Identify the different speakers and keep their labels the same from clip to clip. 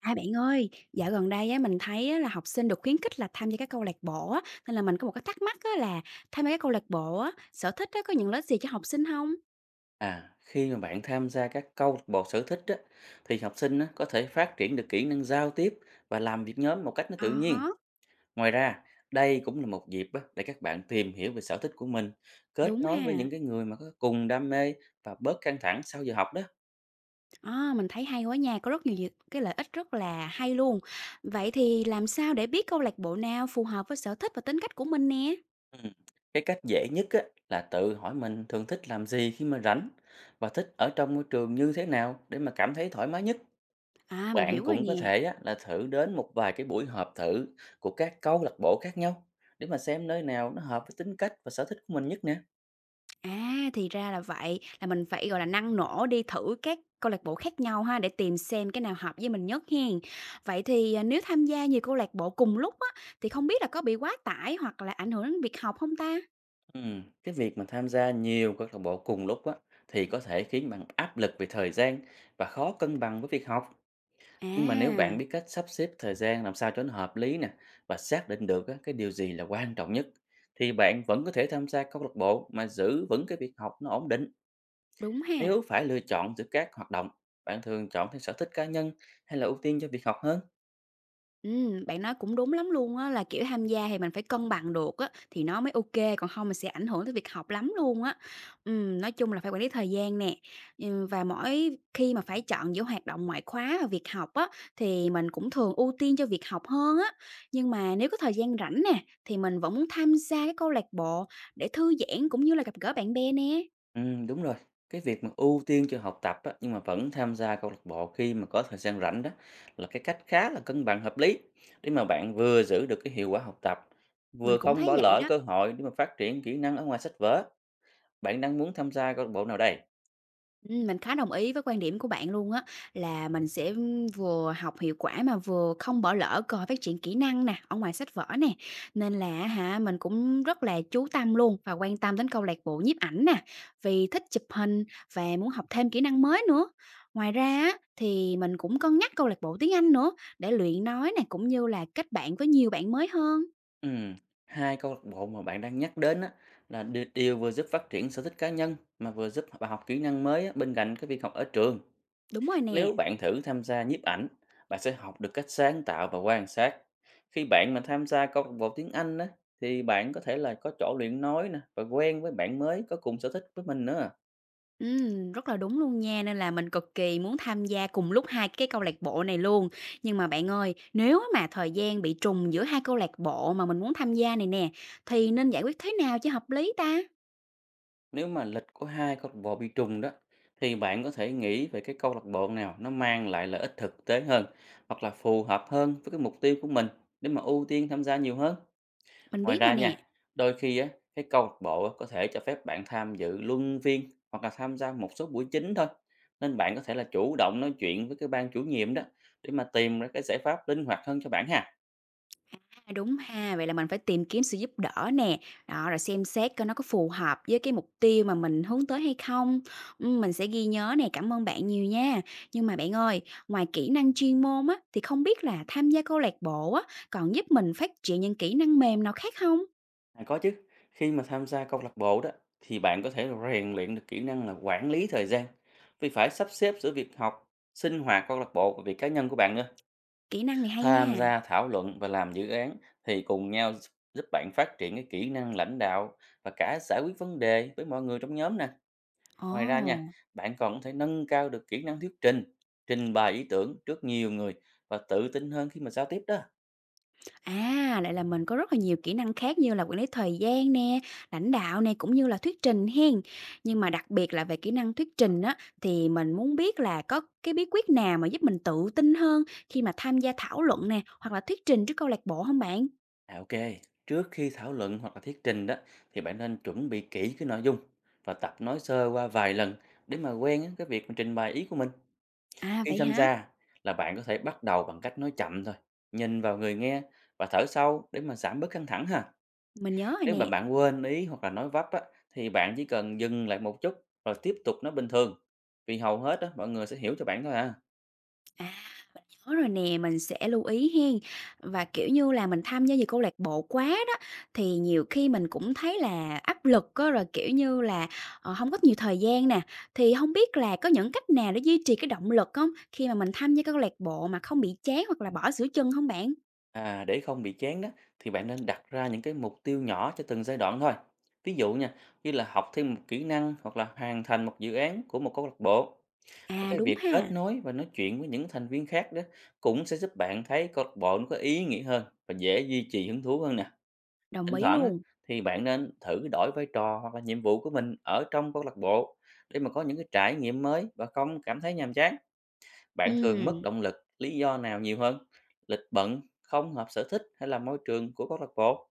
Speaker 1: À, bạn ơi, dạo gần đây á, mình thấy á, là học sinh được khuyến khích là tham gia các câu lạc bộ á, nên là mình có một cái thắc mắc á, là tham gia các câu lạc bộ á, sở thích á, có những lợi ích gì cho học sinh không?
Speaker 2: À, khi mà bạn tham gia các câu lạc bộ sở thích á, thì học sinh á, có thể phát triển được kỹ năng giao tiếp và làm việc nhóm một cách nó tự
Speaker 1: À há,
Speaker 2: nhiên. Ngoài ra, đây cũng là một dịp á, để các bạn tìm hiểu về sở thích của mình, kết
Speaker 1: đúng
Speaker 2: nối với những
Speaker 1: ha.
Speaker 2: cái người mà có cùng đam mê và bớt căng thẳng sau giờ học đó.
Speaker 1: À, mình thấy hay quá nha, có rất nhiều nhiều cái lợi ích rất là hay luôn. Vậy thì làm sao để biết câu lạc bộ nào phù hợp với sở thích và tính cách của mình nè?
Speaker 2: Ừ. Cái cách dễ nhất á, là tự hỏi mình thường thích làm gì khi mà rảnh và thích ở trong môi trường như thế nào để mà cảm thấy thoải mái nhất.
Speaker 1: À, mình
Speaker 2: Bạn
Speaker 1: hiểu rồi
Speaker 2: cũng có
Speaker 1: nè.
Speaker 2: thể á, là thử đến một vài cái buổi họp thử của các câu lạc bộ khác nhau để mà xem nơi nào nó hợp với tính cách và sở thích của mình nhất nè.
Speaker 1: À, thì ra là vậy, là mình phải, gọi là, năng nổ đi thử các câu lạc bộ khác nhau ha, để tìm xem cái nào hợp với mình nhất hen. Vậy thì, à, nếu tham gia nhiều câu lạc bộ cùng lúc á, thì không biết là có bị quá tải hoặc là ảnh hưởng đến việc học không ta?
Speaker 2: Cái việc mà tham gia nhiều câu lạc bộ cùng lúc á, thì có thể khiến bạn áp lực về thời gian và khó cân bằng với việc học. Nhưng mà nếu bạn
Speaker 1: À,
Speaker 2: biết cách sắp xếp thời gian làm sao cho nó hợp lý nè và xác định được á, cái điều gì là quan trọng nhất thì bạn vẫn có thể tham gia câu lạc bộ mà giữ vững cái việc học nó ổn định.
Speaker 1: đúng ha.
Speaker 2: Nếu phải lựa chọn giữa các hoạt động, bạn thường chọn theo sở thích cá nhân hay là ưu tiên cho việc học hơn?
Speaker 1: Bạn nói cũng đúng lắm luôn á, là, kiểu, tham gia thì mình phải cân bằng được á, thì nó mới ok còn không mình sẽ ảnh hưởng tới việc học lắm luôn á. Nói chung là phải quản lý thời gian nè, và mỗi khi mà phải chọn giữa hoạt động ngoại khóa và việc học á, thì mình cũng thường ưu tiên cho việc học hơn á. Nhưng mà nếu có thời gian rảnh nè, thì mình vẫn muốn tham gia cái câu lạc bộ để thư giãn cũng như là gặp gỡ bạn bè nè,
Speaker 2: Ừ, đúng rồi. Cái việc mà ưu tiên cho học tập á, nhưng mà vẫn tham gia câu lạc bộ khi mà có thời gian rảnh đó là cái cách khá là cân bằng hợp lý để mà bạn vừa giữ được cái hiệu quả học tập, vừa
Speaker 1: mình cũng
Speaker 2: không
Speaker 1: thấy
Speaker 2: bỏ
Speaker 1: vậy
Speaker 2: lỡ
Speaker 1: đó.
Speaker 2: cơ hội để mà phát triển kỹ năng ở ngoài sách vở. Bạn đang muốn tham gia câu lạc bộ nào đây?
Speaker 1: Mình khá đồng ý với quan điểm của bạn luôn á, là mình sẽ vừa học hiệu quả mà vừa không bỏ lỡ cơ hội phát triển kỹ năng nè, ở ngoài sách vở nè. Nên là hả, mình cũng rất là chú tâm luôn và quan tâm đến câu lạc bộ nhiếp ảnh nè, vì thích chụp hình và muốn học thêm kỹ năng mới nữa. Ngoài ra á, thì mình cũng cân nhắc câu lạc bộ tiếng Anh nữa, để luyện nói nè, cũng như là kết bạn với nhiều bạn mới hơn.
Speaker 2: Ừ, hai câu lạc bộ mà bạn đang nhắc đến á, là đều vừa giúp phát triển sở thích cá nhân mà vừa giúp bạn học kỹ năng mới á, bên cạnh cái việc học ở trường.
Speaker 1: Đúng rồi
Speaker 2: Nếu
Speaker 1: nè.
Speaker 2: bạn thử tham gia nhiếp ảnh, bạn sẽ học được cách sáng tạo và quan sát. Khi bạn mà tham gia câu lạc bộ tiếng Anh á, thì bạn có thể là có chỗ luyện nói nè và quen với bạn mới có cùng sở thích với mình nữa.
Speaker 1: Rất là đúng luôn nha, nên là mình cực kỳ muốn tham gia cùng lúc hai cái câu lạc bộ này luôn. Nhưng mà bạn ơi, nếu mà thời gian bị trùng giữa hai câu lạc bộ mà mình muốn tham gia này nè, thì nên giải quyết thế nào cho hợp lý ta?
Speaker 2: Nếu mà lịch của hai câu lạc bộ bị trùng đó, thì bạn có thể nghĩ về cái câu lạc bộ nào nó mang lại lợi ích thực tế hơn hoặc là phù hợp hơn với cái mục tiêu của mình để mà ưu tiên tham gia nhiều hơn.
Speaker 1: Mình
Speaker 2: Ngoài
Speaker 1: biết rồi
Speaker 2: ra
Speaker 1: nè.
Speaker 2: nha, đôi khi á, cái câu lạc bộ á, có thể cho phép bạn tham dự luân phiên hoặc là tham gia một số buổi chính thôi. Nên bạn có thể là chủ động nói chuyện với cái ban chủ nhiệm đó để mà tìm ra cái giải pháp linh hoạt hơn cho bạn ha.
Speaker 1: À, đúng ha, vậy là mình phải tìm kiếm sự giúp đỡ nè, đó, rồi xem xét coi nó có phù hợp với cái mục tiêu mà mình hướng tới hay không. Mình sẽ ghi nhớ nè, cảm ơn bạn nhiều nha. Nhưng mà bạn ơi, ngoài kỹ năng chuyên môn á, thì không biết là tham gia câu lạc bộ á, còn giúp mình phát triển những kỹ năng mềm nào khác không?
Speaker 2: À, có chứ, khi mà tham gia câu lạc bộ đó thì bạn có thể rèn luyện được kỹ năng là quản lý thời gian vì phải sắp xếp giữa việc học, sinh hoạt câu lạc bộ và việc cá nhân của bạn nữa.
Speaker 1: Kỹ năng này hay
Speaker 2: Tham
Speaker 1: nha.
Speaker 2: gia thảo luận và làm dự án thì cùng nhau giúp giúp bạn phát triển cái kỹ năng lãnh đạo và cả giải quyết vấn đề với mọi người trong nhóm nè. Ngoài ra nha,
Speaker 1: Ồ.
Speaker 2: bạn còn có thể nâng cao được kỹ năng thuyết trình, trình bày ý tưởng trước nhiều người và tự tin hơn khi mà giao tiếp đó.
Speaker 1: À, lại là mình có rất là nhiều kỹ năng khác như là quản lý thời gian nè, lãnh đạo nè, cũng như là thuyết trình hen. Nhưng mà đặc biệt là về kỹ năng thuyết trình á, thì mình muốn biết là có cái bí quyết nào mà giúp mình tự tin hơn khi mà tham gia thảo luận nè, hoặc là thuyết trình trước câu lạc bộ không bạn?
Speaker 2: À, ok, trước khi thảo luận hoặc là thuyết trình đó thì bạn nên chuẩn bị kỹ cái nội dung và tập nói sơ qua vài lần để mà quen á, cái việc mà trình bày ý của mình.
Speaker 1: À,
Speaker 2: Khi
Speaker 1: vậy
Speaker 2: tham
Speaker 1: hả?
Speaker 2: gia là bạn có thể bắt đầu bằng cách nói chậm thôi, nhìn vào người nghe và thở sâu để mà giảm bớt căng thẳng ha.
Speaker 1: Mình nhớ rồi
Speaker 2: Nếu mà
Speaker 1: nè.
Speaker 2: bạn quên ý hoặc là nói vấp á, thì bạn chỉ cần dừng lại một chút rồi tiếp tục nói bình thường. Vì hầu hết á, mọi người sẽ hiểu cho bạn thôi à.
Speaker 1: À. Có rồi nè, mình sẽ lưu ý hen. Và, kiểu như là, mình tham gia nhiều câu lạc bộ quá đó, thì nhiều khi mình cũng thấy là áp lực á, rồi, kiểu như là, ờ, hông có nhiều thời gian nè. Thì không biết là có những cách nào để duy trì cái động lực không khi mà mình tham gia các câu lạc bộ mà không bị chán hoặc là bỏ giữa chừng không bạn?
Speaker 2: À, để không bị chán đó thì bạn nên đặt ra những cái mục tiêu nhỏ cho từng giai đoạn thôi. Ví dụ nha, như là học thêm một kỹ năng hoặc là hoàn thành một dự án của một câu lạc bộ. Và
Speaker 1: À,
Speaker 2: cái
Speaker 1: đúng
Speaker 2: việc
Speaker 1: ha,
Speaker 2: kết nối và nói chuyện với những thành viên khác đó cũng sẽ giúp bạn thấy câu lạc bộ nó có ý nghĩa hơn và dễ duy trì hứng thú hơn nè.
Speaker 1: đồng
Speaker 2: Thỉnh
Speaker 1: ý
Speaker 2: thoảng á,
Speaker 1: luôn.
Speaker 2: thì bạn nên thử đổi vai trò hoặc là nhiệm vụ của mình ở trong câu lạc bộ để mà có những cái trải nghiệm mới và không cảm thấy nhàm chán. Bạn thường mất
Speaker 1: Ừm.
Speaker 2: động lực lý do nào nhiều hơn? Lịch bận, không hợp sở thích hay là môi trường của câu lạc bộ?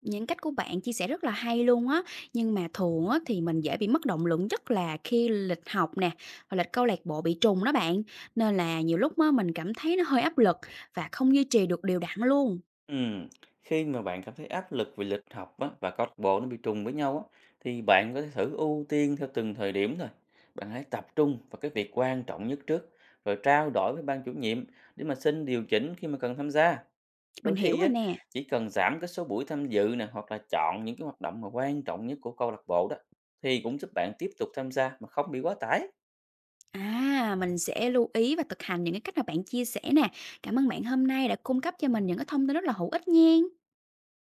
Speaker 1: Những cách của bạn chia sẻ rất là hay luôn á, nhưng mà thường á thì mình dễ bị mất động lực nhất là khi lịch học nè, hoặc lịch câu lạc bộ bị trùng đó bạn, nên là nhiều lúc á mình cảm thấy nó hơi áp lực và không duy trì được đều đặn luôn.
Speaker 2: Ừm, khi mà bạn cảm thấy áp lực vì lịch học á, và câu lạc bộ nó bị trùng với nhau á, thì bạn có thể thử ưu tiên theo từng thời điểm thôi. Bạn hãy tập trung vào cái việc quan trọng nhất trước, rồi trao đổi với ban chủ nhiệm để mà xin điều chỉnh khi mà cần tham gia. Đôi
Speaker 1: Mình hiểu
Speaker 2: khi á,
Speaker 1: rồi nè.
Speaker 2: chỉ cần giảm cái số buổi tham dự nè hoặc là chọn những cái hoạt động mà quan trọng nhất của câu lạc bộ đó thì cũng giúp bạn tiếp tục tham gia mà không bị quá tải.
Speaker 1: À, mình sẽ lưu ý và thực hành những cái cách mà bạn chia sẻ nè. Cảm ơn bạn hôm nay đã cung cấp cho mình những cái thông tin rất là hữu ích nha.